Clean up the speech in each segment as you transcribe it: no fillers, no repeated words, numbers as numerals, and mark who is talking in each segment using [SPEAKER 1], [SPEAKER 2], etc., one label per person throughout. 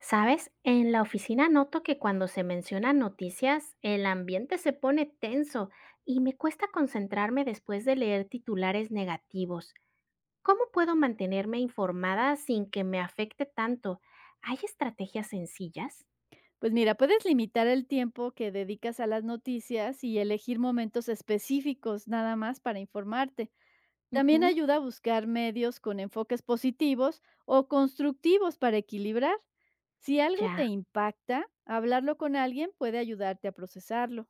[SPEAKER 1] ¿Sabes? En la oficina noto que cuando se mencionan noticias, el ambiente se pone tenso y me cuesta concentrarme después de leer titulares negativos. ¿Cómo puedo mantenerme informada sin que me afecte tanto? ¿Hay estrategias sencillas?
[SPEAKER 2] Pues mira, puedes limitar el tiempo que dedicas a las noticias y elegir momentos específicos nada más para informarte. También
[SPEAKER 1] Ujú,
[SPEAKER 2] ayuda a buscar medios con enfoques positivos o constructivos para equilibrar. Si algo te
[SPEAKER 1] ya.
[SPEAKER 2] impacta, hablarlo con alguien puede ayudarte a procesarlo,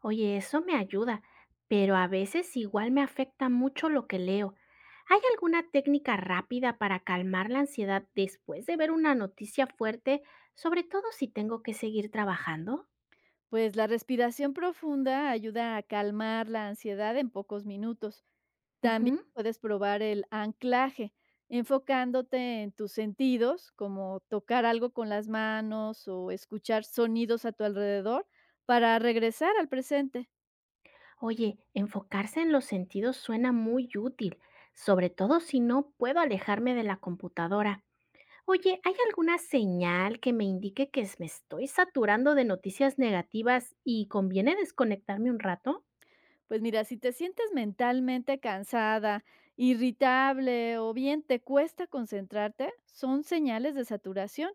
[SPEAKER 1] Oye, eso me ayuda, pero a veces igual me afecta mucho lo que leo. ¿Hay alguna técnica rápida para calmar la ansiedad después de ver una noticia fuerte, sobre todo si tengo que seguir trabajando?
[SPEAKER 2] pues la respiración profunda ayuda a calmar la ansiedad en pocos minutos.
[SPEAKER 1] Ujú.
[SPEAKER 2] También puedes probar el anclaje, enfocándote en tus sentidos, como tocar algo con las manos o escuchar sonidos a tu alrededor para regresar al presente.
[SPEAKER 1] Oye, enfocarse en los sentidos suena muy útil, sobre todo si no puedo alejarme de la computadora. Oye, ¿hay alguna señal que me indique que me estoy saturando de noticias negativas y conviene desconectarme un rato?
[SPEAKER 2] Pues mira, si te sientes mentalmente cansada, irritable o bien te cuesta concentrarte, son señales de saturación.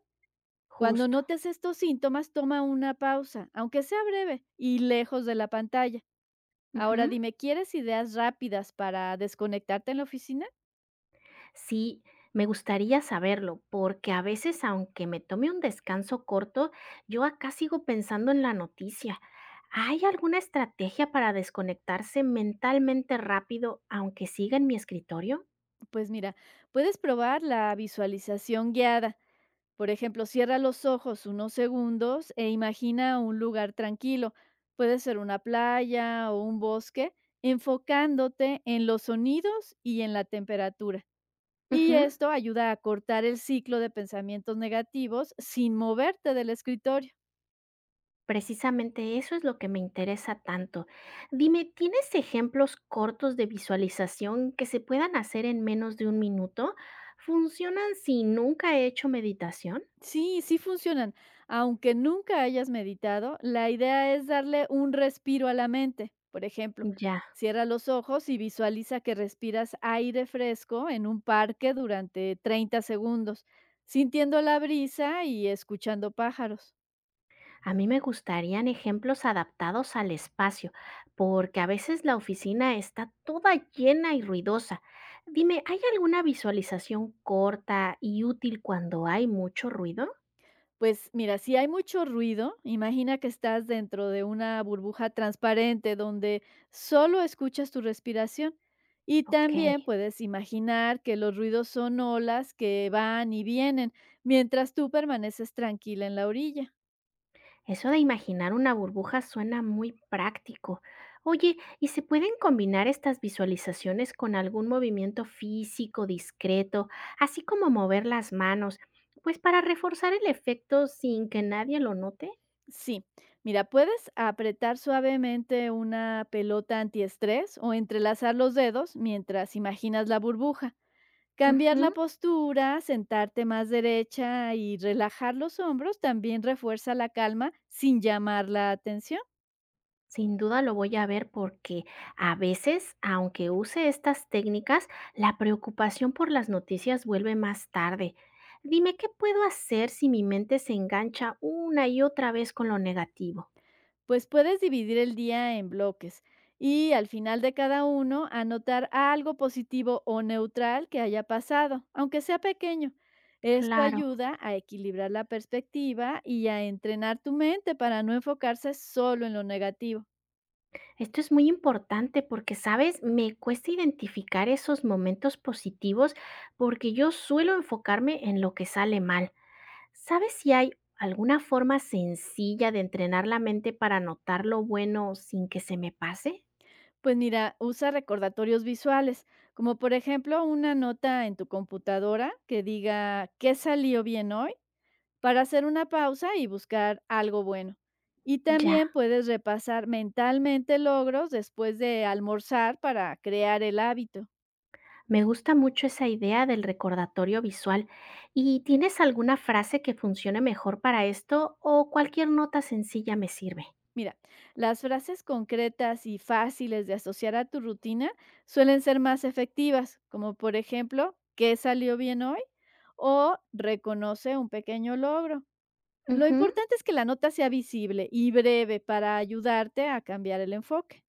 [SPEAKER 2] Cuando
[SPEAKER 1] Justo.
[SPEAKER 2] notes estos síntomas, toma una pausa, aunque sea breve y lejos de la pantalla. Ahora
[SPEAKER 1] Ujú.
[SPEAKER 2] dime, ¿quieres ideas rápidas para desconectarte en la oficina?
[SPEAKER 1] Sí, me gustaría saberlo, porque a veces, aunque me tome un descanso corto, yo acá sigo pensando en la noticia. ¿Hay alguna estrategia para desconectarse mentalmente rápido, aunque siga en mi escritorio?
[SPEAKER 2] Pues mira, puedes probar la visualización guiada. Por ejemplo, cierra los ojos unos segundos e imagina un lugar tranquilo. Puede ser una playa o un bosque, enfocándote en los sonidos y en la temperatura. Y
[SPEAKER 1] Ujú,
[SPEAKER 2] esto ayuda a cortar el ciclo de pensamientos negativos sin moverte del escritorio.
[SPEAKER 1] precisamente eso es lo que me interesa tanto. Dime, ¿tienes ejemplos cortos de visualización que se puedan hacer en menos de un minuto? ¿Funcionan si nunca he hecho meditación?
[SPEAKER 2] Sí, sí funcionan. Aunque nunca hayas meditado, la idea es darle un respiro a la mente. Por ejemplo,
[SPEAKER 1] Ya.
[SPEAKER 2] cierra los ojos y visualiza que respiras aire fresco en un parque durante 30 segundos, sintiendo la brisa y escuchando pájaros.
[SPEAKER 1] A mí me gustarían ejemplos adaptados al espacio, porque a veces la oficina está toda llena y ruidosa. Dime, ¿hay alguna visualización corta y útil cuando hay mucho ruido?
[SPEAKER 2] Pues mira, si hay mucho ruido, imagina que estás dentro de una burbuja transparente donde solo escuchas tu respiración. Y
[SPEAKER 1] Ok,
[SPEAKER 2] también puedes imaginar que los ruidos son olas que van y vienen, mientras tú permaneces tranquila en la orilla.
[SPEAKER 1] eso de imaginar una burbuja suena muy práctico. Oye, ¿y se pueden combinar estas visualizaciones con algún movimiento físico discreto, así como mover las manos, pues para reforzar el efecto sin que nadie lo note?
[SPEAKER 2] Sí, mira, puedes apretar suavemente una pelota antiestrés o entrelazar los dedos mientras imaginas la burbuja. Cambiar la
[SPEAKER 1] Ujú.
[SPEAKER 2] postura, sentarte más derecha y relajar los hombros también refuerza la calma sin llamar la atención,
[SPEAKER 1] Sin duda lo voy a ver porque a veces, aunque use estas técnicas, la preocupación por las noticias vuelve más tarde. Dime, ¿qué puedo hacer si mi mente se engancha una y otra vez con lo negativo?
[SPEAKER 2] pues puedes dividir el día en bloques y al final de cada uno anotar algo positivo o neutral que haya pasado, aunque sea pequeño. Esto
[SPEAKER 1] Claro,
[SPEAKER 2] ayuda a equilibrar la perspectiva y a entrenar tu mente para no enfocarse solo en lo negativo.
[SPEAKER 1] esto es muy importante porque, sabes, me cuesta identificar esos momentos positivos porque yo suelo enfocarme en lo que sale mal. ¿Sabes si hay alguna forma sencilla de entrenar la mente para notar lo bueno sin que se me pase?
[SPEAKER 2] Pues mira, usa recordatorios visuales, como por ejemplo una nota en tu computadora que diga qué salió bien hoy para hacer una pausa y buscar algo bueno. Y
[SPEAKER 1] Ya,
[SPEAKER 2] también puedes repasar mentalmente logros después de almorzar para crear el hábito.
[SPEAKER 1] me gusta mucho esa idea del recordatorio visual. ¿Y tienes alguna frase que funcione mejor para esto o cualquier nota sencilla me sirve?
[SPEAKER 2] Mira, las frases concretas y fáciles de asociar a tu rutina suelen ser más efectivas, como por ejemplo, ¿qué salió bien hoy? O reconoce un pequeño logro. Lo
[SPEAKER 1] Ujú.
[SPEAKER 2] importante es que la nota sea visible y breve para ayudarte a cambiar el enfoque.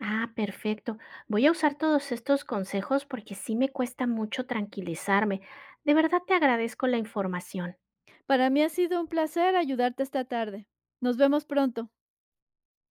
[SPEAKER 1] Ah, perfecto. Voy a usar todos estos consejos porque sí me cuesta mucho tranquilizarme. De verdad te agradezco la información.
[SPEAKER 2] Para mí ha sido un placer ayudarte esta tarde. Nos vemos pronto.